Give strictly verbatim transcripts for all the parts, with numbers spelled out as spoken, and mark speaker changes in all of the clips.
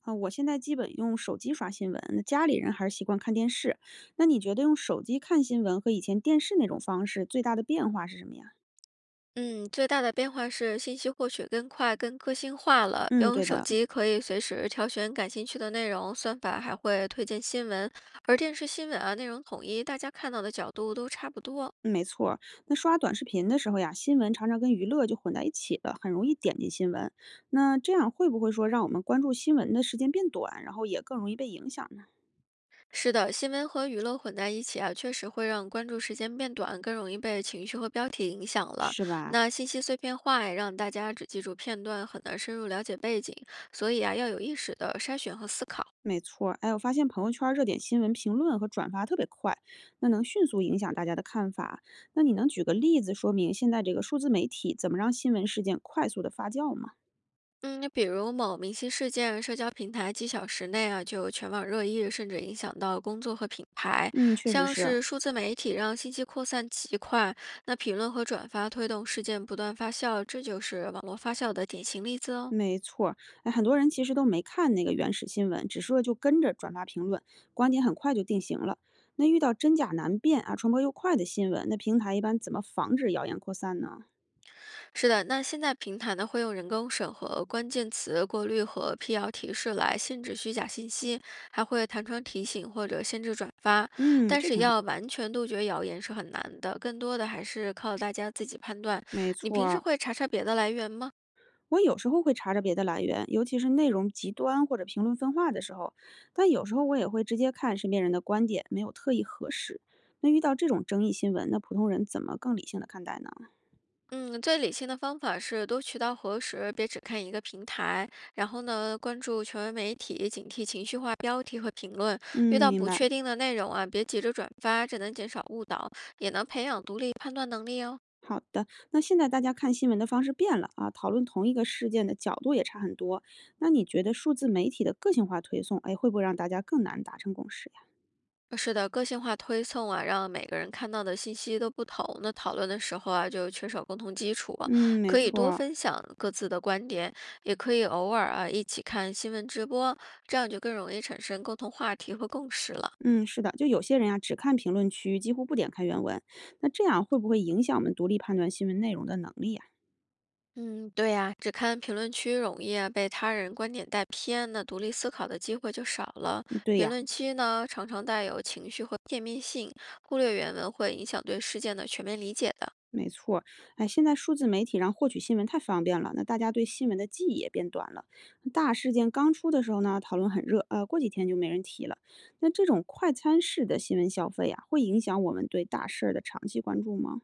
Speaker 1: 啊，我现在基本用手机刷新闻，那家里人还是习惯看电视。那你觉得用手机看新闻和以前电视那种方式最大的变化是什么呀？
Speaker 2: 嗯，最大的变化是信息获取更快、更个性化了。
Speaker 1: 嗯，
Speaker 2: 用
Speaker 1: 对
Speaker 2: 手
Speaker 1: 的。
Speaker 2: 机可以随时挑选感兴趣的内容，算法还会推荐新闻。而电视新闻啊，内容统一，大家看到的角度都差不多。
Speaker 1: 嗯没错儿。那刷短视频的时候呀，新闻常常跟娱乐就混在一起了，很容易点进新闻。那这样会不会说让我们关注新闻的时间变短，然后也更容易被影响呢？
Speaker 2: 是的，新闻和娱乐混在一起啊，确实会让关注时间变短，更容易被情绪和标题影响了。
Speaker 1: 是吧？
Speaker 2: 那信息碎片化也让大家只记住片段，很难深入了解背景，所以啊，要有意识的筛选和思考。
Speaker 1: 没错儿。哎，我发现朋友圈儿热点新闻评论和转发特别快，那能迅速影响大家的看法。那你能举个例子说明现在这个数字媒体怎么让新闻事件快速的发酵吗？
Speaker 2: 嗯，比如某明星事件，社交平台几小时内啊就全网热议，甚至影响到工作和品牌。
Speaker 1: 嗯，确实
Speaker 2: 像
Speaker 1: 是。
Speaker 2: 是数字媒体让信息扩散极快，那评论和转发推动事件不断发酵，这就是网络发酵的典型例子哦。
Speaker 1: 没错儿。哎，很多人其实都没看那个原始新闻，只是说就跟着转发评论，观点很快就定型了。那遇到真假难辨啊，传播又快的新闻，那平台一般怎么防止谣言扩散呢？
Speaker 2: 是的，那现在平台呢会用人工审核、关键词过滤和辟谣提示来限制虚假信息，还会弹窗提醒或者限制转发。
Speaker 1: 嗯，
Speaker 2: 但
Speaker 1: 这
Speaker 2: 是
Speaker 1: 挺好。
Speaker 2: 要完全杜绝谣言是很难的，更多的还是靠大家自己判断。
Speaker 1: 没
Speaker 2: 你
Speaker 1: 错
Speaker 2: 平时
Speaker 1: 儿。
Speaker 2: 会查查别的来源吗？
Speaker 1: 我有时候会查着别的来源，尤其是内容极端或者评论分化的时候，但有时候我也会直接看身边人的观点，没有特意核实。那遇到这种争议新闻，那普通人怎么更理性的看待呢？
Speaker 2: 嗯，最理性的方法是多渠道核实，别只看一个平台。然后呢，关注权威媒体，警惕情绪化标题和评论。遇
Speaker 1: 嗯，
Speaker 2: 到
Speaker 1: 明
Speaker 2: 不
Speaker 1: 白。
Speaker 2: 确定的内容啊，别急着转发，这能减少误导，也能培养独立判断能力哦。
Speaker 1: 好的，那现在大家看新闻的方式变了啊，讨论同一个事件的角度也差很多。那你觉得数字媒体的个性化推送，哎，会不会让大家更难达成共识呀？
Speaker 2: 呃是的，个性化推送啊，让每个人看到的信息都不同，那讨论的时候啊，就缺少共同基础啊，
Speaker 1: 嗯，没
Speaker 2: 可以
Speaker 1: 错
Speaker 2: 多
Speaker 1: 儿。
Speaker 2: 分享各自的观点，也可以偶尔啊一起看新闻直播，这样就更容易产生共同话题和共识了。
Speaker 1: 嗯，是的，就有些人呀，只看评论区，几乎不点开原文，那这样会不会影响我们独立判断新闻内容的能力呀？
Speaker 2: 嗯，对呀，只看评论区容易啊被他人观点带偏，那独立思考的机会就少了。
Speaker 1: 嗯对
Speaker 2: 评
Speaker 1: 呀。
Speaker 2: 论区呢，常常带有情绪和片面性，忽略原文会影响对事件的全面理解的。
Speaker 1: 没错儿。哎，现在数字媒体让获取新闻太方便了，那大家对新闻的记忆也变短了。大事件刚出的时候呢，讨论很热，呃，过几天就没人提了。那这种快餐式的新闻消费呀，会影响我们对大事儿的长期关注吗？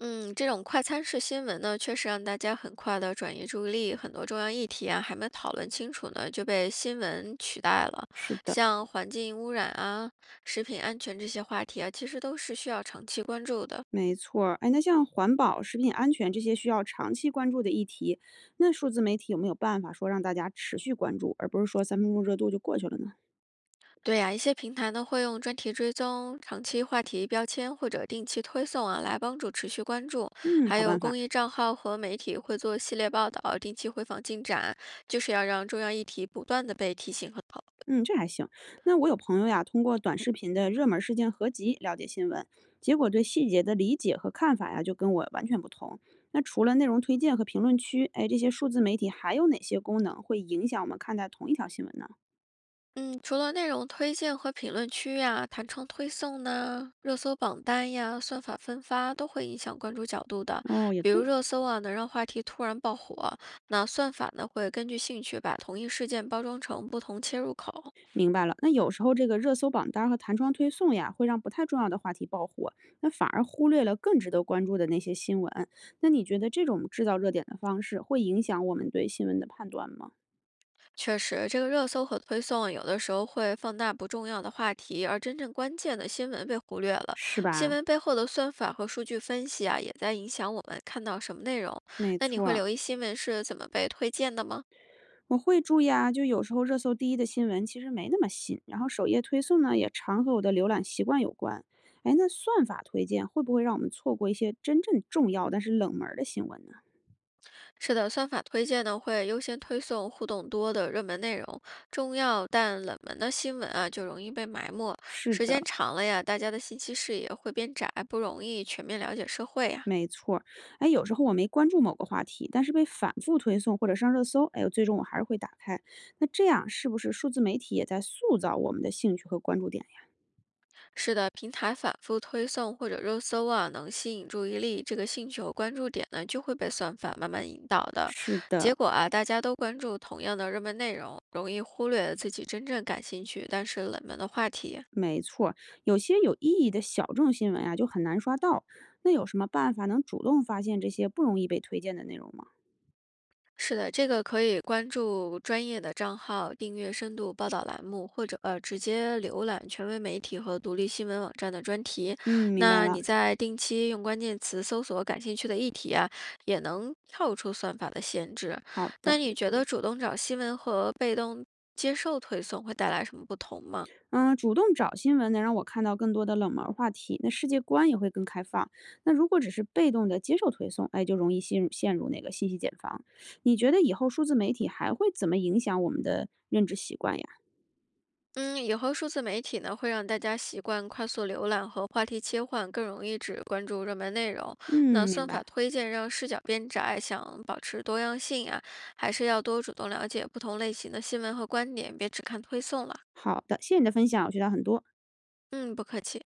Speaker 2: 嗯，这种快餐式新闻呢，确实让大家很快的转移注意力，很多重要议题啊还没讨论清楚呢，就被新闻取代了。
Speaker 1: 是的。
Speaker 2: 像环境污染啊、食品安全这些话题啊，其实都是需要长期关注的。
Speaker 1: 没错儿，哎，那像环保、食品安全这些需要长期关注的议题，那数字媒体有没有办法说让大家持续关注，而不是说三分钟热度就过去了呢？
Speaker 2: 对呀、一些平台呢会用专题追踪、长期话题标签或者定期推送啊，来帮助持续关注。
Speaker 1: 嗯，
Speaker 2: 还
Speaker 1: 好
Speaker 2: 有
Speaker 1: 办法。
Speaker 2: 公益账号和媒体会做系列报道，定期回访进展，就是要让重要议题不断的被提醒和讨论。
Speaker 1: 嗯，这还行。那我有朋友呀，通过短视频的热门事件合集了解新闻，结果对细节的理解和看法呀，就跟我完全不同。那除了内容推荐和评论区，哎，这些数字媒体还有哪些功能会影响我们看待同一条新闻呢？
Speaker 2: 嗯，除了内容推荐和评论区呀、弹窗推送呢、热搜榜单呀、算法分发都会影响关注角度的。
Speaker 1: 哦，也
Speaker 2: 比如
Speaker 1: 对。
Speaker 2: 热搜啊，能让话题突然爆火，那算法呢会根据兴趣把同一事件包装成不同切入口。
Speaker 1: 明白了，那有时候这个热搜榜单儿和弹窗推送呀，会让不太重要的话题爆火，那反而忽略了更值得关注的那些新闻。那你觉得这种制造热点的方式会影响我们对新闻的判断吗？
Speaker 2: 确实，这个热搜和推送有的时候会放大不重要的话题，而真正关键的新闻被忽略了。
Speaker 1: 是
Speaker 2: 新
Speaker 1: 吧？
Speaker 2: 闻背后的算法和数据分析啊，也在影响我们看到什么内容。
Speaker 1: 没
Speaker 2: 那你
Speaker 1: 错
Speaker 2: 会
Speaker 1: 儿，
Speaker 2: 留意新闻是怎么被推荐的吗？
Speaker 1: 我会注意啊。就有时候热搜第一的新闻其实没那么新，然后首页推送呢也常和我的浏览习惯有关。哎，那算法推荐会不会让我们错过一些真正重要但是冷门儿的新闻呢？
Speaker 2: 是的，算法推荐呢会优先推送互动多的热门内容，重要但冷门的新闻啊就容易被埋没。
Speaker 1: 是
Speaker 2: 时间
Speaker 1: 的。
Speaker 2: 长了呀，大家的信息视野会变窄，不容易全面了解社会呀。
Speaker 1: 没错儿，哎，有时候我没关注某个话题，但是被反复推送或者上热搜，哎呦，最终我还是会打开。那这样是不是数字媒体也在塑造我们的兴趣和关注点呀？
Speaker 2: 是的，平台反复推送或者热搜啊，能吸引注意力，这个兴趣和关注点呢，就会被算法慢慢引导的。
Speaker 1: 是
Speaker 2: 结
Speaker 1: 的。
Speaker 2: 果啊，大家都关注同样的热门内容，容易忽略自己真正感兴趣但是冷门的话题。
Speaker 1: 没错儿，有些有意义的小众新闻啊，就很难刷到。那有什么办法能主动发现这些不容易被推荐的内容吗？
Speaker 2: 是的，这个可以关注专业的账号，订阅深度报道栏目，或者呃直接浏览权威媒体和独立新闻网站的专题。
Speaker 1: 嗯，明白
Speaker 2: 那
Speaker 1: 了。
Speaker 2: 你在定期用关键词搜索感兴趣的议题啊，也能跳出算法的限制。
Speaker 1: 好的。
Speaker 2: 那你觉得主动找新闻和被动接受推送会带来什么不同吗？
Speaker 1: 嗯，主动找新闻能让我看到更多的冷门儿话题，那世界观也会更开放。那如果只是被动的接受推送，哎，就容易陷入陷入那个信息茧房。你觉得以后数字媒体还会怎么影响我们的认知习惯呀？
Speaker 2: 嗯，以后数字媒体呢，会让大家习惯快速浏览和话题切换，更容易只关注热门内容。那
Speaker 1: 嗯，明
Speaker 2: 算法
Speaker 1: 白。
Speaker 2: 推荐让视角变窄，想保持多样性啊，还是要多主动了解不同类型的新闻和观点，别只看推送了。
Speaker 1: 好的，谢谢你的分享，我学到很多。
Speaker 2: 嗯，不客气。